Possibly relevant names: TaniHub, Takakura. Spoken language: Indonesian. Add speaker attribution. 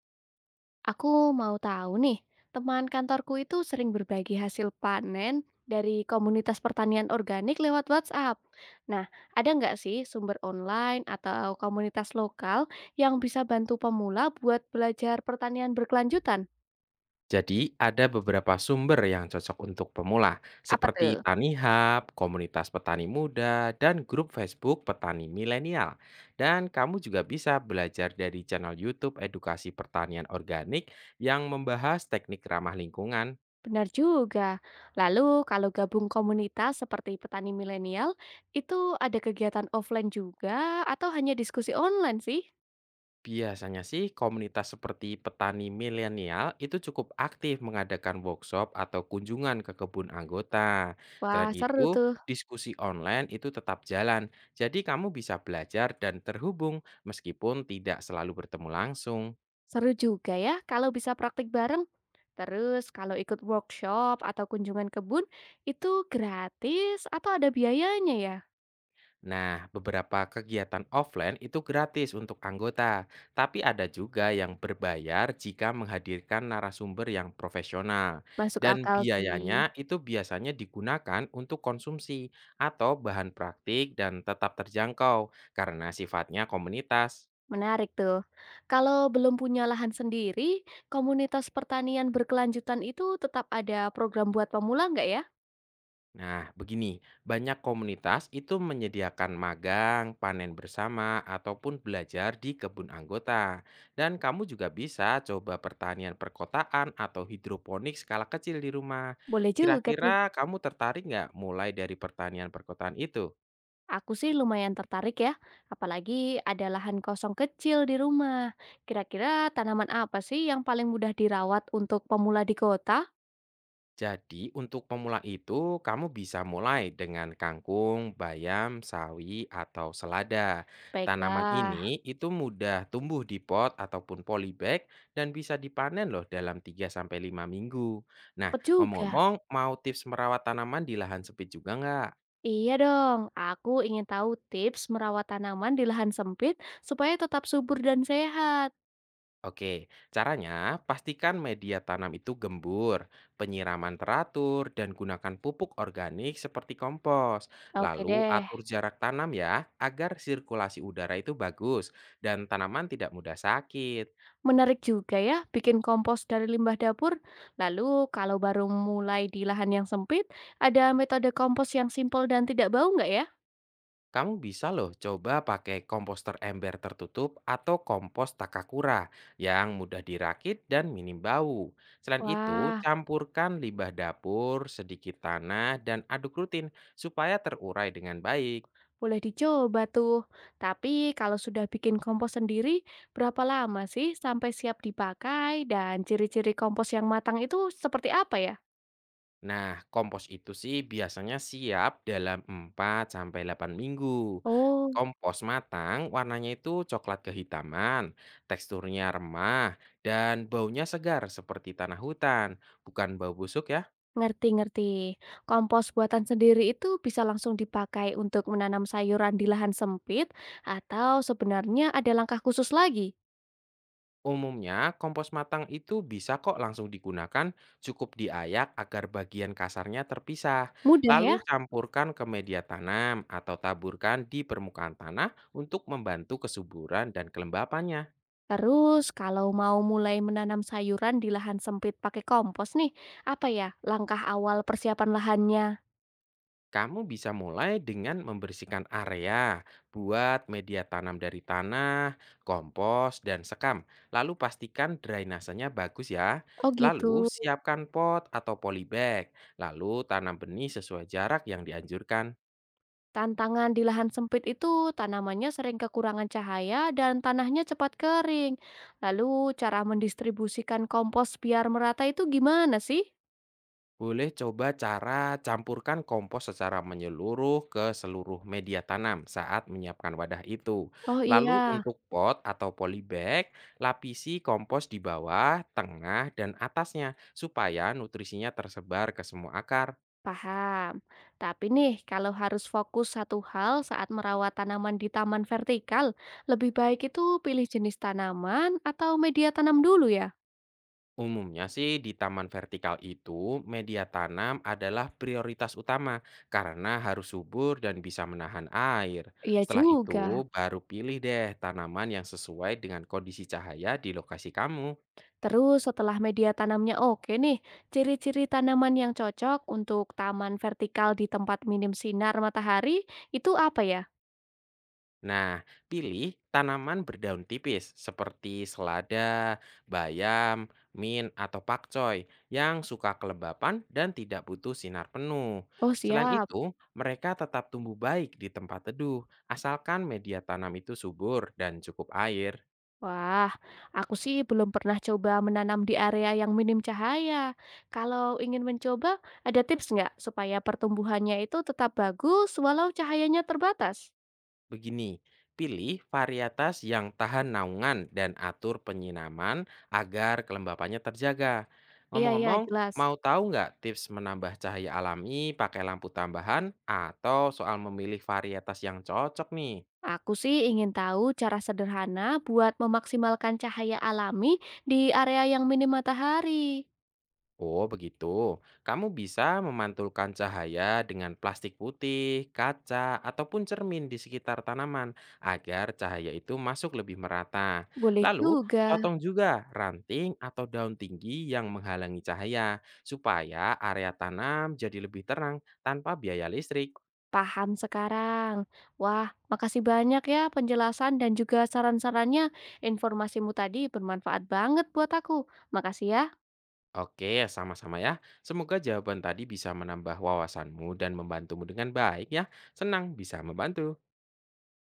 Speaker 1: Aku mau tahu nih, teman kantorku itu sering berbagi hasil panen dari komunitas pertanian organik lewat WhatsApp. Nah, ada nggak sih sumber online atau komunitas lokal yang bisa bantu pemula buat belajar pertanian berkelanjutan?
Speaker 2: Jadi, ada beberapa sumber yang cocok untuk pemula,
Speaker 1: Apa
Speaker 2: seperti
Speaker 1: tuh?
Speaker 2: TaniHub, komunitas petani muda, dan grup Facebook petani milenial. Dan kamu juga bisa belajar dari channel YouTube Edukasi Pertanian Organik yang membahas teknik ramah lingkungan.
Speaker 1: Benar juga. Lalu, kalau gabung komunitas seperti petani milenial, itu ada kegiatan offline juga atau hanya diskusi online sih?
Speaker 2: Biasanya sih komunitas seperti petani milenial itu cukup aktif mengadakan workshop atau kunjungan ke kebun anggota.
Speaker 1: Wah,
Speaker 2: Selain
Speaker 1: seru
Speaker 2: itu,
Speaker 1: tuh.
Speaker 2: diskusi online itu tetap jalan, jadi kamu bisa belajar dan terhubung meskipun tidak selalu bertemu langsung.
Speaker 1: Seru juga ya kalau bisa praktik bareng. Terus kalau ikut workshop atau kunjungan kebun itu gratis atau ada biayanya ya?
Speaker 2: Nah, beberapa kegiatan offline itu gratis untuk anggota, tapi ada juga yang berbayar jika menghadirkan narasumber yang profesional.
Speaker 1: Masuk
Speaker 2: Dan
Speaker 1: akal sih.
Speaker 2: biayanya itu biasanya digunakan untuk konsumsi atau bahan praktik dan tetap terjangkau karena sifatnya komunitas.
Speaker 1: Menarik tuh. Kalau belum punya lahan sendiri, komunitas pertanian berkelanjutan itu tetap ada program buat pemula nggak ya?
Speaker 2: Nah, begini, banyak komunitas itu menyediakan magang, panen bersama, ataupun belajar di kebun anggota. Dan kamu juga bisa coba pertanian perkotaan atau hidroponik skala kecil di rumah.
Speaker 1: Boleh juga tuh.
Speaker 2: Kira-kira kamu tertarik nggak mulai dari pertanian perkotaan itu?
Speaker 1: Aku sih lumayan tertarik ya. Apalagi ada lahan kosong kecil di rumah. Kira-kira tanaman apa sih yang paling mudah dirawat untuk pemula di kota?
Speaker 2: Jadi untuk pemula itu kamu bisa mulai dengan kangkung, bayam, sawi, atau selada. Tanaman
Speaker 1: Baiklah.
Speaker 2: ini itu mudah tumbuh di pot ataupun polybag dan bisa dipanen loh dalam 3 sampai 5 minggu. Nah,
Speaker 1: Cepet juga.
Speaker 2: ngomong-ngomong mau tips merawat tanaman di lahan sempit juga nggak?
Speaker 1: Iya dong, aku ingin tahu tips merawat tanaman di lahan sempit supaya tetap subur dan sehat.
Speaker 2: Oke, caranya pastikan media tanam itu gembur, penyiraman teratur, dan gunakan pupuk organik seperti kompos.
Speaker 1: Oke
Speaker 2: Lalu
Speaker 1: deh,
Speaker 2: atur jarak tanam ya, agar sirkulasi udara itu bagus dan tanaman tidak mudah sakit.
Speaker 1: menarik juga ya bikin kompos dari limbah dapur. Lalu kalau baru mulai di lahan yang sempit, ada metode kompos yang simpel dan tidak bau nggak ya?
Speaker 2: Kamu bisa loh coba pakai komposter ember tertutup atau kompos Takakura yang mudah dirakit dan minim bau. Selain itu,
Speaker 1: Wah,
Speaker 2: campurkan limbah dapur, sedikit tanah, dan aduk rutin supaya terurai dengan baik.
Speaker 1: boleh dicoba tuh. Tapi kalau sudah bikin kompos sendiri, berapa lama sih sampai siap dipakai dan ciri-ciri kompos yang matang itu seperti apa ya?
Speaker 2: Nah, kompos itu sih biasanya siap dalam 4 sampai 8 minggu.
Speaker 1: Oh,
Speaker 2: Kompos matang warnanya itu coklat kehitaman, teksturnya remah, dan baunya segar seperti tanah hutan, bukan bau busuk ya.
Speaker 1: ngerti ngerti. Kompos buatan sendiri itu bisa langsung dipakai untuk menanam sayuran di lahan sempit atau sebenarnya ada langkah khusus lagi?
Speaker 2: Umumnya kompos matang itu bisa kok langsung digunakan, cukup diayak agar bagian kasarnya terpisah.
Speaker 1: Mudah
Speaker 2: Lalu
Speaker 1: ya.
Speaker 2: campurkan ke media tanam atau taburkan di permukaan tanah untuk membantu kesuburan dan kelembapannya.
Speaker 1: Terus kalau mau mulai menanam sayuran di lahan sempit pakai kompos nih, apa ya langkah awal persiapan lahannya?
Speaker 2: Kamu bisa mulai dengan membersihkan area, buat media tanam dari tanah, kompos, dan sekam. Lalu pastikan drainasenya bagus ya.
Speaker 1: Oh gitu.
Speaker 2: Lalu siapkan pot atau polybag. Lalu tanam benih sesuai jarak yang dianjurkan.
Speaker 1: Tantangan di lahan sempit itu tanamannya sering kekurangan cahaya dan tanahnya cepat kering. Lalu cara mendistribusikan kompos biar merata itu gimana sih?
Speaker 2: Boleh coba cara campurkan kompos secara menyeluruh ke seluruh media tanam saat menyiapkan wadah itu.
Speaker 1: Oh
Speaker 2: Lalu
Speaker 1: iya,
Speaker 2: untuk pot atau polybag, lapisi kompos di bawah, tengah, dan atasnya supaya nutrisinya tersebar ke semua akar.
Speaker 1: paham. Tapi nih, kalau harus fokus satu hal saat merawat tanaman di taman vertikal, lebih baik itu pilih jenis tanaman atau media tanam dulu ya.
Speaker 2: Umumnya sih di taman vertikal itu media tanam adalah prioritas utama karena harus subur dan bisa menahan air.
Speaker 1: Iya
Speaker 2: Setelah
Speaker 1: juga.
Speaker 2: itu baru pilih deh tanaman yang sesuai dengan kondisi cahaya di lokasi kamu.
Speaker 1: Terus setelah media tanamnya oke nih, ciri-ciri tanaman yang cocok untuk taman vertikal di tempat minim sinar matahari itu apa ya?
Speaker 2: Nah, pilih tanaman berdaun tipis seperti selada, bayam, mint, atau pakcoy yang suka kelembapan dan tidak butuh sinar penuh.
Speaker 1: Oh
Speaker 2: Selain
Speaker 1: siap.
Speaker 2: itu, mereka tetap tumbuh baik di tempat teduh, asalkan media tanam itu subur dan cukup air.
Speaker 1: Wah, aku sih belum pernah coba menanam di area yang minim cahaya. Kalau ingin mencoba, ada tips nggak supaya pertumbuhannya itu tetap bagus walau cahayanya terbatas?
Speaker 2: Begini, pilih varietas yang tahan naungan dan atur penyinaman agar kelembapannya terjaga.
Speaker 1: Iya, iya,
Speaker 2: Ngomong-ngomong,
Speaker 1: jelas.
Speaker 2: mau tahu nggak tips menambah cahaya alami pakai lampu tambahan atau soal memilih varietas yang cocok nih?
Speaker 1: Aku sih ingin tahu cara sederhana buat memaksimalkan cahaya alami di area yang minim matahari.
Speaker 2: Oh, begitu. Kamu bisa memantulkan cahaya dengan plastik putih, kaca, ataupun cermin di sekitar tanaman agar cahaya itu masuk lebih merata.
Speaker 1: Boleh
Speaker 2: Lalu,
Speaker 1: juga,
Speaker 2: potong juga ranting atau daun tinggi yang menghalangi cahaya supaya area tanam jadi lebih terang tanpa biaya listrik.
Speaker 1: paham sekarang. Wah, makasih banyak ya penjelasan dan juga saran-sarannya. Informasimu tadi bermanfaat banget buat aku. Makasih ya.
Speaker 2: Oke, sama-sama ya. Semoga jawaban tadi bisa menambah wawasanmu dan membantumu dengan baik ya. Senang bisa membantu.